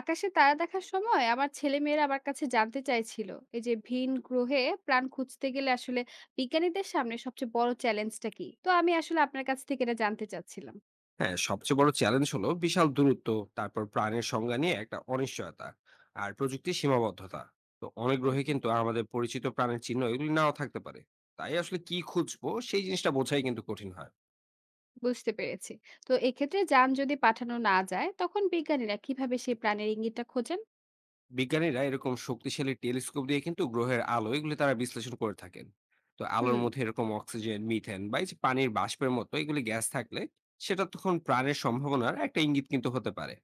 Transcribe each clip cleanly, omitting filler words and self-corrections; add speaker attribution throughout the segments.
Speaker 1: আকাশে তারা দেখার সময় আমার ছেলেমেয়েরা আমার কাছে জানতে চাইছিল, এই যে ভিন গ্রহে প্রাণ খুঁজতে গেলে আসলে বিজ্ঞানীদের সামনে সবচেয়ে বড় চ্যালেঞ্জটা কি, তো আমি আসলে আপনার কাছ থেকে এটা জানতে চাচ্ছিলাম।
Speaker 2: হ্যাঁ, সবচেয়ে বড় চ্যালেঞ্জ হলো বিশাল দূরত্ব, তারপর প্রাণের সংজ্ঞা নিয়ে একটা অনিশ্চয়তা, আর প্রযুক্তির সীমাবদ্ধতা। তো অনেক
Speaker 1: হুম,
Speaker 2: গ্রহে কিন্তু আমাদের পরিচিত প্রাণের চিহ্ন এগুলি নাও থাকতে পারে। তাই আসলে কি খুঁজবো সেই জিনিসটা বোঝাই কিন্তু কঠিন হয়।
Speaker 1: বুঝতে পেরেছি। তো এক্ষেত্রে যান যদি পাঠানো না যায় তখন বিজ্ঞানীরা কিভাবে সেই প্রাণের ইঙ্গিতটা খোঁজেন?
Speaker 2: বিজ্ঞানীরা এরকম শক্তিশালী টেলিস্কোপ দিয়ে কিন্তু গ্রহের আলো এগুলি তারা বিশ্লেষণ করে থাকেন। তো আলোর
Speaker 1: হুম।
Speaker 2: মধ্যে এরকম অক্সিজেন, মিথেন বা এই যে পানির বাষ্পের মতো এগুলি গ্যাস থাকলে সেটা তখন প্রাণের সম্ভাবনার একটা ইঙ্গিত কিন্তু হতে পারে।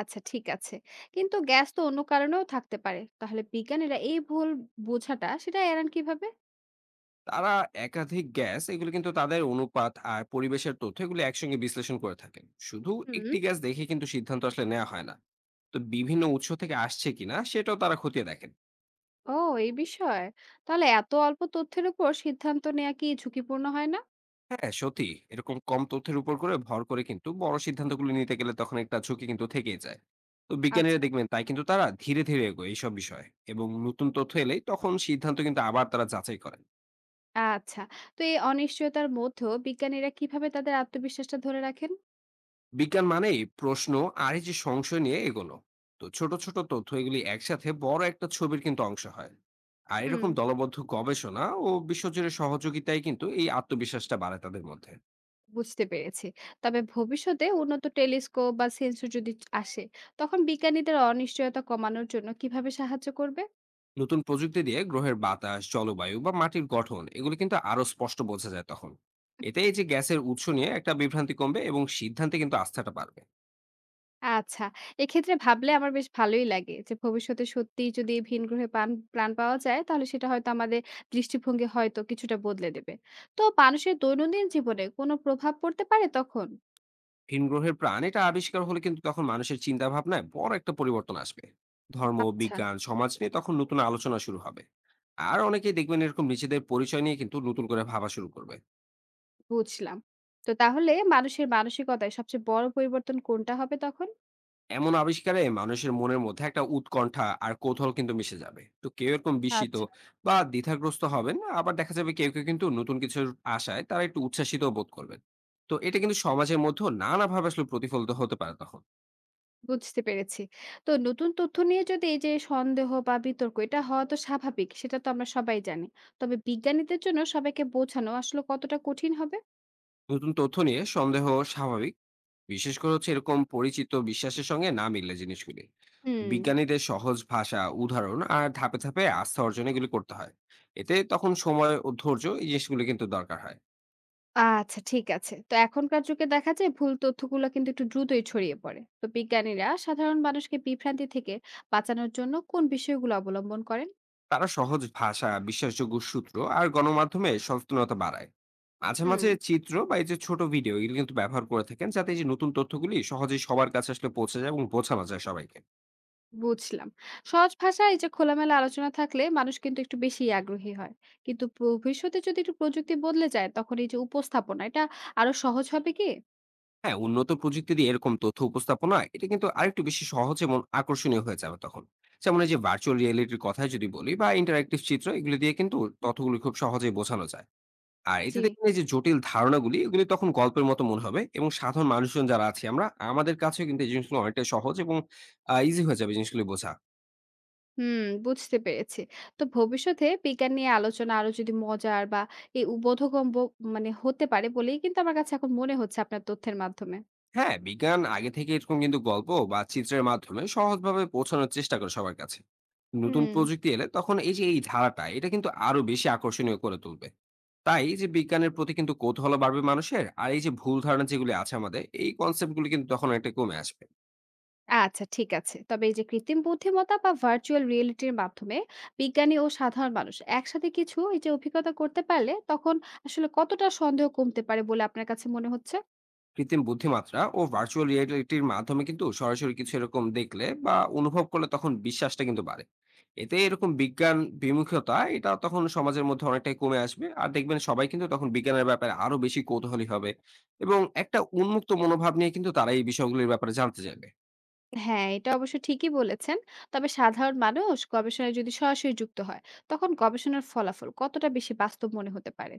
Speaker 1: আচ্ছা, ঠিক আছে। কিন্তু গ্যাস তো অন্য কারণেও থাকতে পারে, তাহলে বিজ্ঞানীরা এই ভুল বোঝাটা সেটা এড়ান কিভাবে?
Speaker 2: তারা একাধিক গ্যাস এগুলো কিন্তু তাদের অনুপাত আর পরিবেশের তথ্য এগুলো একসঙ্গে বিশ্লেষণ করে থাকেন। শুধু একটি
Speaker 1: হুম।
Speaker 2: গ্যাস দেখে কিন্তু সিদ্ধান্ত আসলে নেওয়া হয় না। তো বিভিন্ন উৎস থেকে আসছে কিনা সেটাও তারা খতিয়ে দেখেন।
Speaker 1: ও, এই বিষয়। তাহলে এত অল্প তথ্যের উপর সিদ্ধান্ত নেয়া কি ঝুঁকিপূর্ণ হয় না?
Speaker 2: হ্যাঁ সত্যি, এরকম কম তথ্যের উপর করে ভর করে কিন্তু বড় সিদ্ধান্তগুলো নিতে গেলে তখন একটা ঝুঁকি কিন্তু থেকেই যায়। তো বিজ্ঞানীরা
Speaker 1: আচ্ছা।
Speaker 2: দেখবেন তাই কিন্তু তারা ধীরে ধীরে এগোয় এইসব বিষয়ে, এবং নতুন তথ্য এলেই তখন সিদ্ধান্ত কিন্তু আবার তারা যাচাই করেন।
Speaker 1: আচ্ছা। তো এই অনিশ্চয়তার মধ্যেও বিজ্ঞানীরা কিভাবে তাদের আত্মবিশ্বাসটা ধরে রাখেন?
Speaker 2: বিজ্ঞান মানেই প্রশ্ন, আর এই যে সংশয় নিয়ে এগোনো। তো ছোট ছোট তথ্য এগুলি একসাথে বড় একটা ছবির কিন্তু অংশ হয়। আর
Speaker 1: হুম,
Speaker 2: এরকম দলবদ্ধ গবেষণা ও বিশ্বজুড়ে সহযোগিতায় কিন্তু এই আত্মবিশ্বাসটা বাড়ায় তাদের মধ্যে।
Speaker 1: বুঝতে পেরেছি। তবে ভবিষ্যতে উন্নত টেলিস্কোপ বা সেন্সর যদি আসে, তখন বিজ্ঞানীদের অনিশ্চয়তা কমানোর জন্য কিভাবে সাহায্য করবে?
Speaker 2: নতুন প্রযুক্তি দিয়ে গ্রহের বাতাস, জলবায়ু বা মাটির গঠন এগুলো কিন্তু আরো স্পষ্ট বোঝা যায় তখন। এতে এই যে গ্যাসের উৎস নিয়ে একটা বিভ্রান্তি কমবে এবং সিদ্ধান্তে কিন্তু আস্থাটা বাড়বে।
Speaker 1: আচ্ছা। এক্ষেত্রে ভাবলে আমার বেশ ভালোই লাগে যে ভবিষ্যতে সত্যিই যদি এই ভিন গ্রহে প্রাণ পাওয়া যায় তাহলে সেটা হয়তো আমাদের দৃষ্টিভঙ্গি হয়তো কিছুটা বদলে দেবে। তো মানুষের দৈনন্দিন জীবনে কোনো প্রভাব পড়তে পারে তখন?
Speaker 2: ভিন গ্রহের প্রাণ এটা আবিষ্কার হলে কিন্তু তখন মানুষের চিন্তা ভাবনায় বড় একটা পরিবর্তন আসবে। ধর্ম,
Speaker 1: আচ্ছা,
Speaker 2: বিজ্ঞান, সমাজ নিয়ে তখন নতুন আলোচনা শুরু হবে। আর অনেকেই দেখবেন এরকম নিজেদের পরিচয় নিয়ে কিন্তু নতুন করে ভাবা শুরু করবে।
Speaker 1: বুঝলাম। তো তাহলে মানুষের মানসিকতায় সবচেয়ে বড় পরিবর্তন কোনটা হবে তখন?
Speaker 2: এমন আবিষ্কারে মানুষের মনের মধ্যে একটা উৎকণ্ঠা আর কৌতূহল কিন্তু মিশে যাবে। তো কেউ এরকম বিস্মিত
Speaker 1: আচ্ছা,
Speaker 2: বা দ্বিধাগ্রস্ত হবেন, আবার দেখা যাবে কেউ কেউ কিন্তু নতুন কিছুর আশায় তারা একটু উচ্ছ্বাসিত বোধ করবেন। তো এটা কিন্তু সমাজের মধ্যেও নানাভাবে আসলে প্রতিফলিত হতে পারে তখন।
Speaker 1: বুঝতে পেরেছি। তো নতুন তথ্য নিয়ে যদি এই যে সন্দেহ বা বিতর্ক এটা হওয়া তো স্বাভাবিক, সেটা তো আমরা সবাই জানি। তবে বিজ্ঞানীদের জন্য সবাইকে বোঝানো আসলে কতটা কঠিন হবে?
Speaker 2: নতুন তথ্য নিয়ে সন্দেহ স্বাভাবিক, বিশেষ করে হচ্ছে এরকম পরিচিত বিশ্বাসের সঙ্গে না মিললে জিনিসগুলি।
Speaker 1: হুম।
Speaker 2: বিজ্ঞানীদের সহজ ভাষা, উদাহরণ আর ধাপে ধাপে আস্থা অর্জন এগুলি করতে হয়। এতে তখন সময় ও ধৈর্য এই জিনিসগুলি কিন্তু দরকার হয়।
Speaker 1: আচ্ছা, ঠিক আছে। তো এখনকার যুগে দেখা যায় ভুল তথ্যগুলো কিন্তু একটু দ্রুতই ছড়িয়ে পড়ে। তো বিজ্ঞানীরা সাধারণ মানুষকে বিভ্রান্তি থেকে বাঁচানোর জন্য কোন বিষয়গুলো অবলম্বন করেন?
Speaker 2: তারা সহজ ভাষা, বিশ্বাসযোগ্য সূত্র আর গণমাধ্যমে সচেতনতা বাড়ায়। মাঝে
Speaker 1: হুম,
Speaker 2: মাঝে চিত্র বা এই যে ছোট ভিডিও এগুলো কিন্তু ব্যবহার করে থাকেন, যাতে এই যে নতুন তথ্যগুলি সহজেই সবার কাছে আসলে পৌঁছে যায় এবং বোঝানো যায় সবাইকে।
Speaker 1: বুঝলাম। সহজ ভাষায় এই যে খোলামেলা আলোচনা থাকলে মানুষ কিন্তু একটু বেশি আগ্রহী হয়। কিন্তু ভবিষ্যতে যদি একটু প্রযুক্তি বদলে যায় তখন এই যে উপস্থাপনা এটা আরো সহজ হবে কি?
Speaker 2: হ্যাঁ, উন্নত প্রযুক্তি দিয়ে এরকম তথ্য উপস্থাপনা এটা কিন্তু আরেকটু বেশি সহজ এবং আকর্ষণীয় হয়ে যাবে তখন। যেমন এই যে ভার্চুয়াল রিয়ালিটির কথাই যদি বলি, বা ইন্টারেক্টিভ চিত্র এগুলো দিয়ে কিন্তু
Speaker 1: হুম।
Speaker 2: তথ্যগুলো খুব সহজেই বোঝানো যায়। আর এতে
Speaker 1: জি।
Speaker 2: দেখবেন এই যে জটিল ধারণাগুলি এগুলি তখন গল্পের মতো মনে হবে, এবং সাধারণ মানুষজন যারা আছি আমরা, আমাদের কাছেও কিন্তু এই জিনিসগুলো অনেকটাই সহজ এবং ইজি হয়ে যাবে জিনিসগুলি বোঝা।
Speaker 1: হুম, বুঝতে পেরেছি। তো ভবিষ্যতে বিজ্ঞান নিয়ে আলোচনা আরো যদি মজার বা এই বোধগম্য মানে হতে পারে বলেই কিন্তু আমার কাছে এখন মনে হচ্ছে আপনার তথ্যের মাধ্যমে।
Speaker 2: হ্যাঁ, বিজ্ঞান আগে থেকে এরকম কিন্তু গল্প বা চিত্রের মাধ্যমে সহজভাবে পৌঁছানোর চেষ্টা করে সবার কাছে। নতুন
Speaker 1: হুম।
Speaker 2: প্রযুক্তি এলে তখন এই যে এই ধারাটা এটা কিন্তু আরো বেশি আকর্ষণীয় করে তুলবে। তাই এই যে বিজ্ঞানের প্রতি কিন্তু কৌতূহল বাড়বে মানুষের, আর এই যে ভুল ধারণা যেগুলি আছে আমাদের এই কনসেপ্ট গুলি কিন্তু তখন একটা কমে আসবে।
Speaker 1: আচ্ছা, ঠিক আছে। তবে এই যে কৃত্রিম বুদ্ধিমত্তা বা ভার্চুয়াল রিয়েলিটির মাধ্যমে বিজ্ঞানী ও সাধারণ মানুষ একসাথে কিছু এই যে অভিজ্ঞতা করতে পারলে তখন আসলে কতটা সন্দেহ কমতে পারে বলে আপনার কাছে মনে হচ্ছে?
Speaker 2: কৃত্রিম বুদ্ধিমাত্রা ও ভার্চুয়াল রিয়েলিটির মাধ্যমে কিন্তু সরাসরি কিছু এরকম দেখলে বা অনুভব করলে তখন বিশ্বাসটা কিন্তু বাড়ে। এতে এরকম বিজ্ঞান বিমুখতা এটা তখন সমাজের মধ্যে অনেকটাই কমে আসবে, আর দেখবেন সবাই কিন্তু তখন বিজ্ঞানের ব্যাপারে আরো বেশি কৌতূহলী হবে এবং একটা উন্মুক্ত মনোভাব নিয়ে কিন্তু তারা এই বিষয়গুলির ব্যাপারে জানতে চাইবে।
Speaker 1: হ্যাঁ, এটা অবশ্য ঠিকই বলেছেন। তবে সাধারণ মানুষ গবেষণায় যদি সরাসরি যুক্ত হয়, তখন গবেষণার ফলাফল কতটা বেশি বাস্তব মনে হতে পারে?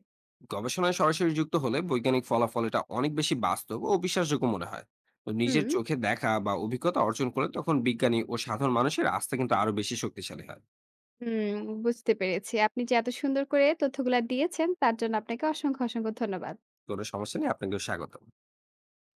Speaker 2: গবেষণায় সরাসরি যুক্ত হলে বৈজ্ঞানিক ফলাফল এটা অনেক বেশি বাস্তব ও বিশ্বাসযোগ্য মনে হয়। তো নিজের
Speaker 1: হুম,
Speaker 2: চোখে দেখা বা অভিজ্ঞতা অর্জন করলে তখন বিজ্ঞানী ও সাধারণ মানুষের আস্থা কিন্তু আরো বেশি শক্তিশালী হয়।
Speaker 1: হুম, বুঝতে পেরেছি। আপনি যে এত সুন্দর করে তথ্যগুলা দিয়েছেন তার জন্য আপনাকে অসংখ্য, অসংখ্য ধন্যবাদ।
Speaker 2: কোনো সমস্যা নেই, আপনাকেও স্বাগত।